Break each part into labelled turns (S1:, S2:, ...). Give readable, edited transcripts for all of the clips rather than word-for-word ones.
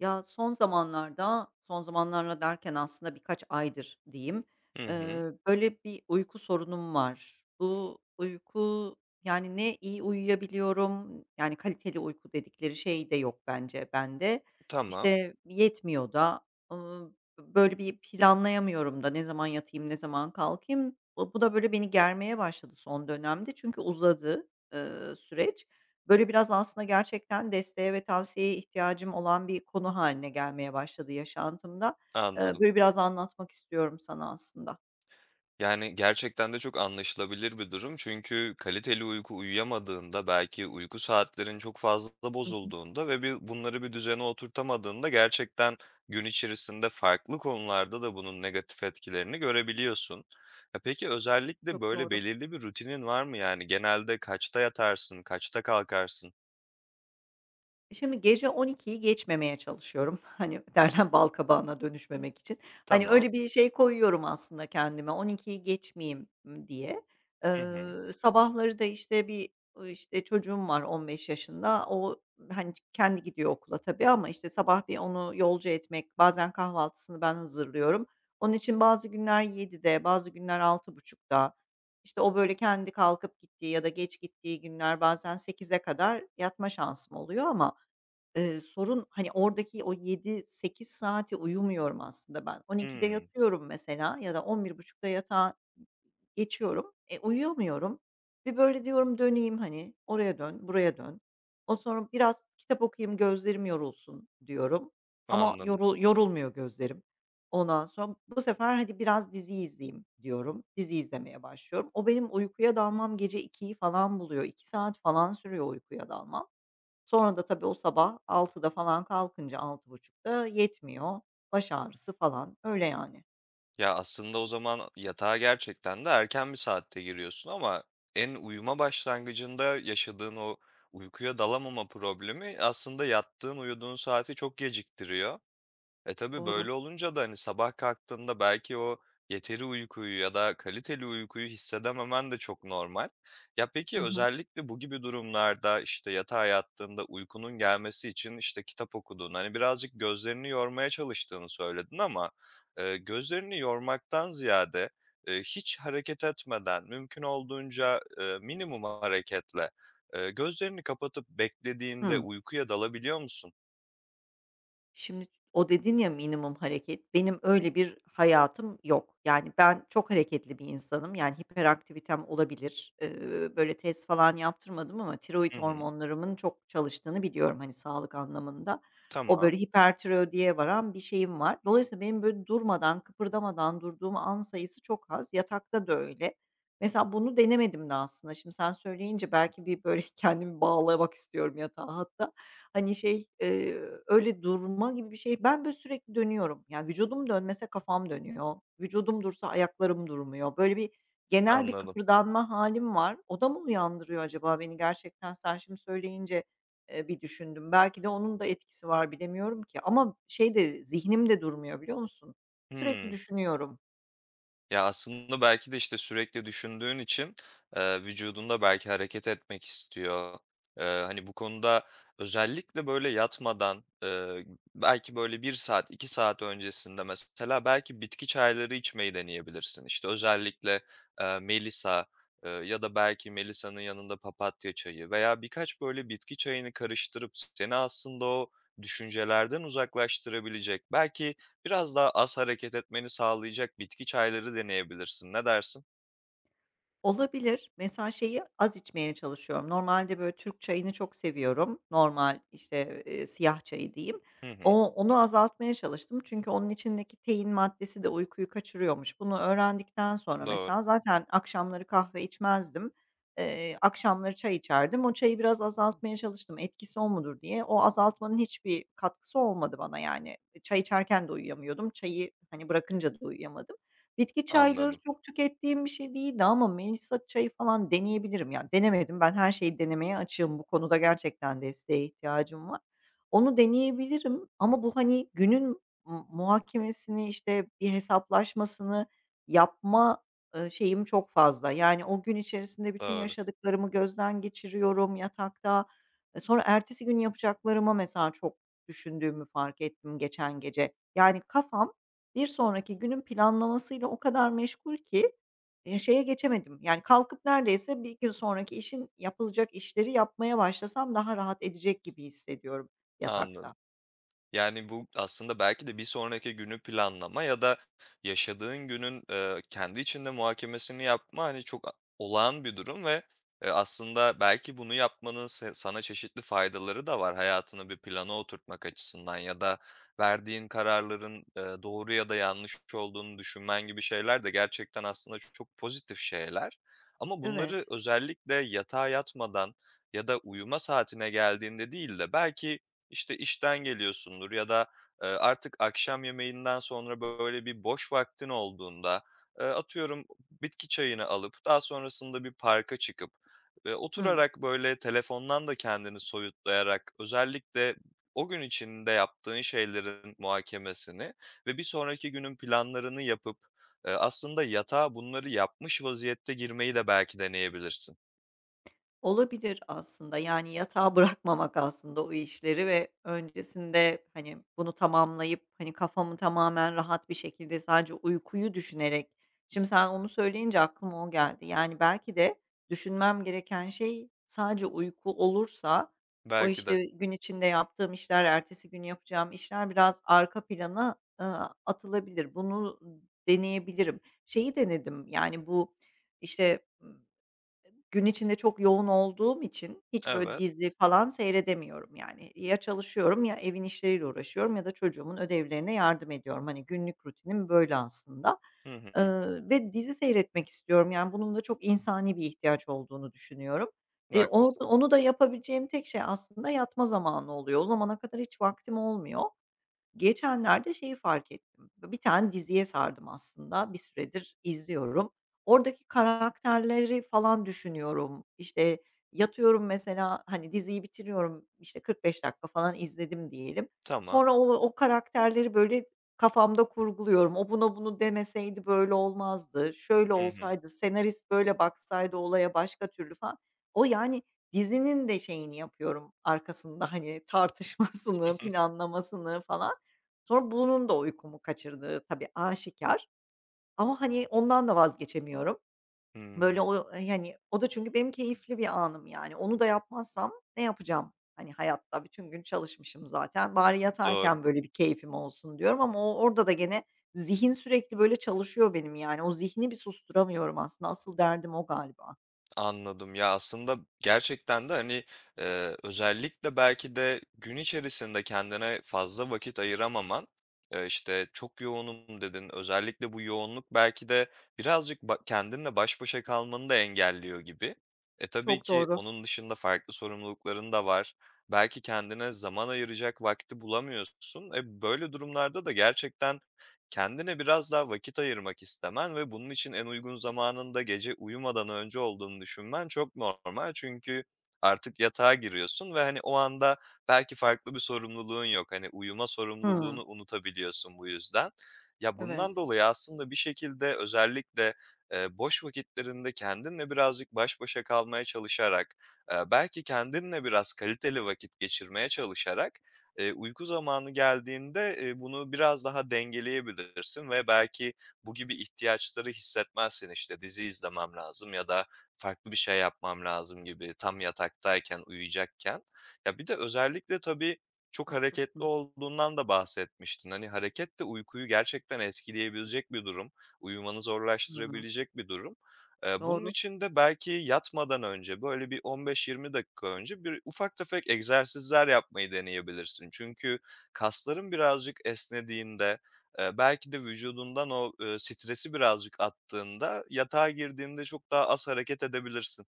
S1: Ya, son zamanlarda, son zamanlarda derken aslında birkaç aydır diyeyim,
S2: Hı
S1: eee,
S2: hı.
S1: böyle bir uyku sorunum var. Bu uyku, yani, ne iyi uyuyabiliyorum, yani, kaliteli uyku dedikleri şey de yok bence bende.
S2: Tamam,
S1: İşte, yetmiyor da, ııı, böyle bir planlayamıyorum da ne zaman yatayım, ne zaman kalkayım. Bu da böyle beni germeye başladı son dönemde çünkü uzadı, süreç. Böyle biraz aslında gerçekten desteğe ve tavsiyeye ihtiyacım olan bir konu haline gelmeye başladı yaşantımda. Eee,
S2: anladım.
S1: böyle biraz anlatmak istiyorum sana aslında.
S2: Yani, gerçekten de çok anlaşılabilir bir durum. Çünkü kaliteli uyku uyuyamadığında, belki uyku saatlerin çok fazla
S1: Hı hı,
S2: bozulduğunda ve bunları bir düzene oturtamadığında gerçekten gün içerisinde farklı konularda da bunun negatif etkilerini görebiliyorsun. E, peki özellikle
S1: çok
S2: böyle
S1: doğru.
S2: belirli bir rutinin var mı? Yani, genelde kaçta yatarsın, kaçta kalkarsın?
S1: Şimdi gece 00.00'yi geçmemeye çalışıyorum. Hani, derler balkabağına dönüşmemek için. Hani,
S2: Tamam.
S1: öyle bir şey koyuyorum aslında kendime, 00.00'yi geçmeyeyim, diye.
S2: Hı hı.
S1: Sabahları da, işte, bir, işte, çocuğum var 15 yaşında. O, hani, kendi gidiyor okula tabii ama, işte, sabah bir onu yolcu etmek, bazen kahvaltısını ben hazırlıyorum. Onun için bazı günler 07.00'de, bazı günler 06.30'da, işte, o böyle kendi kalkıp gittiği ya da geç gittiği günler bazen 08.00'e kadar yatma şansım oluyor ama sorun, hani, oradaki o 7-8 saati uyumuyorum aslında ben. 12'de
S2: Hımm,
S1: yatıyorum mesela ya da 23:30'da yatağa geçiyorum. E, uyuyamıyorum. Bir böyle diyorum döneyim, hani, oraya dön, buraya dön. O sonra biraz kitap okuyayım, gözlerim yorulsun diyorum ama
S2: anladım.
S1: yorulmuyor gözlerim. Ondan sonra bu sefer hadi biraz dizi izleyeyim diyorum. Dizi izlemeye başlıyorum. O benim uykuya dalmam gece 2'yi falan buluyor. 2 saat falan sürüyor uykuya dalmam. Sonra da tabii o sabah 6'da falan kalkınca 6:30'da yetmiyor. Baş ağrısı falan. Öyle yani.
S2: Ya, aslında o zaman yatağa gerçekten de erken bir saatte giriyorsun ama en uyuma başlangıcında yaşadığın o uykuya dalamama problemi aslında yattığın, uyuduğun saati çok geciktiriyor. E, tabii
S1: Doğru.
S2: böyle olunca da, hani, sabah kalktığında belki o yeteri uykuyu ya da kaliteli uykuyu hissedememen de çok normal. Ya,
S1: Hı
S2: peki
S1: hı.
S2: özellikle bu gibi durumlarda, işte, yatağa yattığında uykunun gelmesi için, işte, kitap okuduğun hani, birazcık gözlerini yormaya çalıştığını söyledin ama, gözlerini yormaktan ziyade, hiç hareket etmeden mümkün olduğunca, minimum hareketle, gözlerini kapatıp beklediğinde
S1: Hımm.
S2: uykuya dalabiliyor musun?
S1: Şimdi o dedin ya minimum hareket, benim öyle bir hayatım yok. Yani ben çok hareketli bir insanım. Yani hiperaktivitem olabilir. Böyle test falan yaptırmadım ama tiroid
S2: Hı hı.
S1: hormonlarımın çok çalıştığını biliyorum, hani, sağlık anlamında. O
S2: Tamam,
S1: böyle hipertiroidiye varan bir şeyim var. Dolayısıyla benim böyle durmadan, kıpırdamadan durduğum an sayısı çok az. Yatakta da öyle. Mesela bunu denemedim de aslında. Şimdi sen söyleyince belki bir, böyle, kendimi bağlamak istiyorum yatağa hatta. Hani, şey, öyle durma gibi bir şey. Ben, böyle, sürekli dönüyorum. Yani, vücudum dönmese kafam dönüyor. Vücudum dursa ayaklarım durmuyor. Böyle bir genel bir
S2: anladım.
S1: kıpırdanma halim var. O da mı uyandırıyor acaba beni gerçekten? Sen şimdi söyleyince, bir düşündüm. Belki de onun da etkisi var bilemiyorum ki ama şey de zihnim de durmuyor biliyor musun? Sürekli
S2: Hımm.
S1: düşünüyorum.
S2: Ya, aslında belki de, işte, sürekli düşündüğün için, vücudun belki hareket etmek istiyor. Hani, bu konuda özellikle, böyle, yatmadan, belki, böyle, bir saat, 2 saat öncesinde mesela belki bitki çayları içmeyi deneyebilirsin. İşte, özellikle, melisa, ya da belki melisanın yanında papatya çayı veya birkaç, böyle, bitki çayını karıştırıp seni aslında o düşüncelerden uzaklaştırabilecek, belki biraz daha az hareket etmeni sağlayacak bitki çayları deneyebilirsin. Ne dersin?
S1: Olabilir. Mesela şeyi az içmeye çalışıyorum. Normalde, böyle, Türk çayını çok seviyorum. Normal, işte, siyah çayı diyeyim.
S2: Hı hı.
S1: Onu azaltmaya çalıştım çünkü onun içindeki tein maddesi de uykuyu kaçırıyormuş. Bunu öğrendikten sonra
S2: Doğru.
S1: mesela zaten akşamları kahve içmezdim. Akşamları çay içerdim. O çayı biraz azaltmaya çalıştım. Etkisi o mudur diye. O azaltmanın hiçbir katkısı olmadı bana, yani. Çay içerken de uyuyamıyordum. Çayı, hani, bırakınca da uyuyamadım. Bitki çayları
S2: Anladım.
S1: çok tükettiğim bir şey değildi ama Melisa çayı falan deneyebilirim. Yani denemedim. Ben her şeyi denemeye açığım. Bu konuda gerçekten desteğe ihtiyacım var. Onu deneyebilirim ama bu, hani, günün muhakemesini, işte, bir hesaplaşmasını yapma, şeyim çok fazla. Yani o gün içerisinde bütün
S2: Doğru.
S1: yaşadıklarımı gözden geçiriyorum yatakta. E, sonra ertesi gün yapacaklarıma mesela çok düşündüğümü fark ettim geçen gece. Yani kafam bir sonraki günün planlamasıyla o kadar meşgul ki, şeye geçemedim, yani, kalkıp neredeyse bir gün sonraki işin yapılacak işleri yapmaya başlasam daha rahat edecek gibi hissediyorum yatakta.
S2: Anladım. Yani, bu aslında belki de bir sonraki günü planlama ya da yaşadığın günün, kendi içinde muhakemesini yapma, hani, çok a olağan bir durum ve, aslında belki bunu yapmanın sana çeşitli faydaları da var hayatını bir plana oturtmak açısından ya da verdiğin kararların, doğru ya da yanlış olduğunu düşünmen gibi şeyler de gerçekten aslında çok pozitif şeyler. Ama
S1: Evet.
S2: bunları özellikle yatağa yatmadan ya da uyuma saatine geldiğinde değil de belki işten geliyorsundur ya da, artık akşam yemeğinden sonra böyle bir boş vaktin olduğunda, atıyorum bitki çayını alıp daha sonrasında bir parka çıkıp,
S1: Hı.
S2: oturarak böyle telefondan da kendini soyutlayarak özellikle o gün içinde yaptığın şeylerin muhakemesini ve bir sonraki günün planlarını yapıp, aslında yatağa bunları yapmış vaziyette girmeyi de belki deneyebilirsin.
S1: Olabilir aslında, yani, yatağa bırakmamak aslında o işleri ve öncesinde, hani, bunu tamamlayıp, hani, kafamı tamamen rahat bir şekilde sadece uykuyu düşünerek. Şimdi sen onu söyleyince aklıma o geldi. Yani, belki de düşünmem gereken şey sadece uyku olursa o,
S2: Belki de.
S1: işte, gün içinde yaptığım işler, ertesi gün yapacağım işler biraz arka plana, atılabilir. Bunu deneyebilirim. Şeyi denedim, yani, bu, işte gün içinde çok yoğun olduğum için hiç böyle
S2: Evet.
S1: dizi falan seyredemiyorum yani. Ya çalışıyorum ya evin işleriyle uğraşıyorum ya da çocuğumun ödevlerine yardım ediyorum. Hani günlük rutinim böyle aslında.
S2: Hı hı.
S1: Ve dizi seyretmek istiyorum. Yani bunun da çok insani bir ihtiyaç olduğunu düşünüyorum. E,
S2: Haklısın.
S1: orada onu da yapabileceğim tek şey aslında yatma zamanı oluyor. O zamana kadar hiç vaktim olmuyor. Geçenlerde şeyi fark ettim. Bir tane diziye sardım aslında. Bir süredir izliyorum. Oradaki karakterleri falan düşünüyorum. İşte, yatıyorum mesela, hani, diziyi bitiriyorum, işte, 45 dakika falan izledim diyelim.
S2: Tamam.
S1: Sonra o karakterleri, böyle, kafamda kurguluyorum. O buna bunu demeseydi böyle olmazdı, şöyle
S2: Hı hı.
S1: olsaydı, senarist böyle baksaydı olaya başka türlü falan. O, yani, dizinin de şeyini yapıyorum arkasında, hani, tartışmasını, planlamasını falan. Sonra bunun da uykumu kaçırdığı tabii aşikar ama, hani, ondan da vazgeçemiyorum.
S2: Hımm,
S1: Böyle o, yani, o da çünkü benim keyifli bir anım yani. Onu da yapmazsam ne yapacağım? Hani, hayatta bütün gün çalışmışım zaten. Bari
S2: doğru.
S1: yatarken böyle bir keyfim olsun diyorum ama o orada da gene zihin sürekli böyle çalışıyor benim yani. O zihni bir susturamıyorum aslında. Asıl derdim o galiba.
S2: Anladım. Ya, aslında gerçekten de, hani, özellikle belki de gün içerisinde kendine fazla vakit ayıramaman, işte, "Çok yoğunum," dedin. Özellikle bu yoğunluk belki de birazcık kendinle baş başa kalmanı da engelliyor gibi. E, tabii
S1: Çok
S2: ki
S1: doğru.
S2: onun dışında farklı sorumlulukların da var. Belki kendine zaman ayıracak vakti bulamıyorsun. E, böyle durumlarda da gerçekten kendine biraz daha vakit ayırmak istemen ve bunun için en uygun zamanında gece uyumadan önce olduğunu düşünmen çok normal. Çünkü artık yatağa giriyorsun ve, hani, o anda belki farklı bir sorumluluğun yok. Hani, uyuma
S1: Hıı.
S2: sorumluluğunu unutabiliyorsun bu yüzden. Ya, bundan
S1: Evet,
S2: dolayı aslında bir şekilde özellikle, boş vakitlerinde kendinle birazcık baş başa kalmaya çalışarak, belki kendinle biraz kaliteli vakit geçirmeye çalışarak uyku zamanı geldiğinde, bunu biraz daha dengeleyebilirsin ve belki bu gibi ihtiyaçları hissetmezsin. İşte dizi izlemem lazım ya da farklı bir şey yapmam lazım gibi tam yataktayken, uyuyacakken. Ya, bir de özellikle tabii çok hareketli
S1: haklısın.
S2: olduğundan da bahsetmiştin. Hani, hareket de uykuyu gerçekten etkileyebilecek bir durum, uyumanı
S1: Hıı.
S2: zorlaştırabilecek bir durum. Bunun
S1: Doğru.
S2: için de belki yatmadan önce, böyle bir 15-20 dakika önce bir ufak tefek egzersizler yapmayı deneyebilirsin. Çünkü kasların birazcık esnediğinde, belki de vücudundan o stresi birazcık attığında yatağa girdiğinde çok daha az hareket edebilirsin.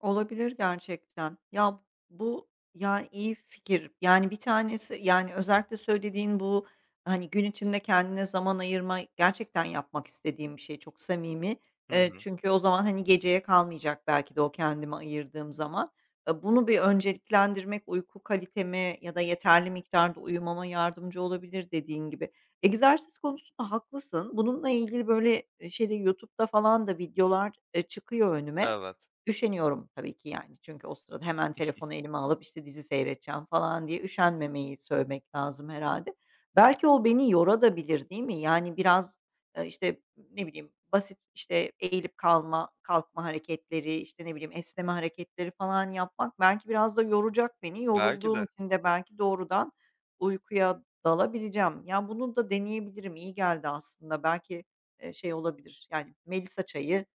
S1: Olabilir gerçekten. Ya, bu, ya, iyi fikir. Yani, bir tanesi, yani, özellikle söylediğin bu, hani, gün içinde kendine zaman ayırma gerçekten yapmak istediğim bir şey, çok samimi.
S2: Hı
S1: Eee,
S2: hı.
S1: çünkü o zaman, hani, geceye kalmayacak belki de o kendime ayırdığım zaman. Bunu bir önceliklendirmek uyku kaliteme ya da yeterli miktarda uyumama yardımcı olabilir dediğin gibi. Egzersiz konusunda haklısın. Bununla ilgili, böyle, şeyde, YouTube'da falan da videolar, çıkıyor önüme.
S2: Evet.
S1: Üşeniyorum tabii ki yani. Çünkü o sırada hemen telefonu elime alıp, işte, dizi seyredeceğim falan diye üşenmemeyi söylemek lazım herhâlde. Belki o beni yorabilir, değil mi? Yani biraz, işte, ne bileyim, basit, işte, eğilip kalma, kalkma hareketleri, işte, ne bileyim, esneme hareketleri falan yapmak belki biraz da yoracak beni.
S2: Belki
S1: Yorulduğum
S2: de.
S1: için de belki doğrudan uykuya dalabileceğim. Ya, bunu da deneyebilirim. İyi geldi aslında. Belki, şey olabilir, yani, Melisa çayı.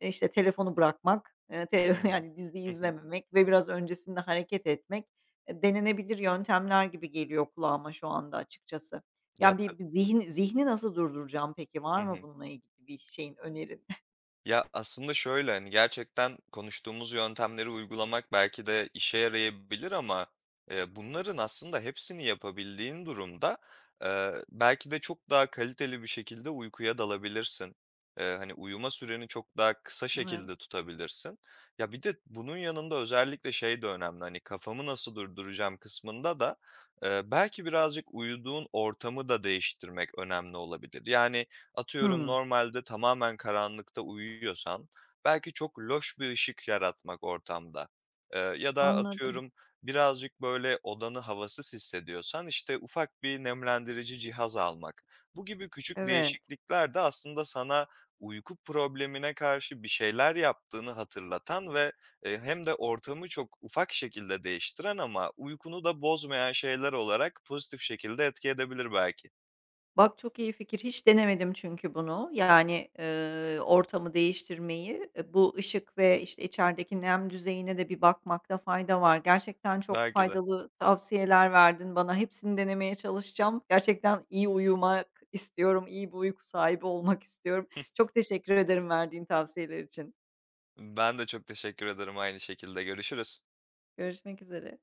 S1: İşte, telefonu bırakmak,
S2: Hı hı.
S1: yani, dizi
S2: Hı hı.
S1: izlememek ve biraz öncesinde hareket etmek, denenebilir yöntemler gibi geliyor kulağıma şu anda açıkçası. Yani,
S2: Yatı
S1: bir zihni nasıl durduracağım peki?
S2: Hı
S1: Var mı
S2: hı.
S1: bununla ilgili bir şeyin, önerin?
S2: Ya, aslında şöyle, hani, gerçekten konuştuğumuz yöntemleri uygulamak belki de işe yarayabilir ama, bunların aslında hepsini yapabildiğin durumda, belki de çok daha kaliteli bir şekilde uykuya dalabilirsin. Hani, uyuma süreni çok daha kısa
S1: Evet.
S2: şekilde tutabilirsin. Ya, bir de bunun yanında özellikle şey de önemli, hani, kafamı nasıl durduracağım kısmında da, belki birazcık uyuduğun ortamı da değiştirmek önemli olabilir. Yani, atıyorum
S1: Hımm.
S2: normalde tamamen karanlıkta uyuyorsan belki çok loş bir ışık yaratmak ortamda, ya da
S1: Anladım.
S2: atıyorum birazcık böyle odanı havasız hissediyorsan, işte, ufak bir nemlendirici cihaz almak. Bu gibi küçük
S1: Evet.
S2: değişiklikler de aslında sana uyku problemine karşı bir şeyler yaptığını hatırlatan ve, hem de ortamı çok ufak şekilde değiştiren ama uykunu da bozmayan şeyler olarak pozitif şekilde etki edebilir belki.
S1: Bak, çok iyi fikir. Hiç denemedim çünkü bunu. Yani, ortamı değiştirmeyi, bu ışık ve, işte, içerideki nem düzeyine de bir bakmakta fayda var. Gerçekten çok
S2: Belki de.
S1: faydalı tavsiyeler verdin bana. Hepsini denemeye çalışacağım. Gerçekten iyi uyumak istiyorum, iyi bir uyku sahibi olmak istiyorum. Çok teşekkür ederim verdiğin tavsiyeler için.
S2: Ben de çok teşekkür ederim aynı şekilde. Görüşürüz.
S1: Görüşmek üzere.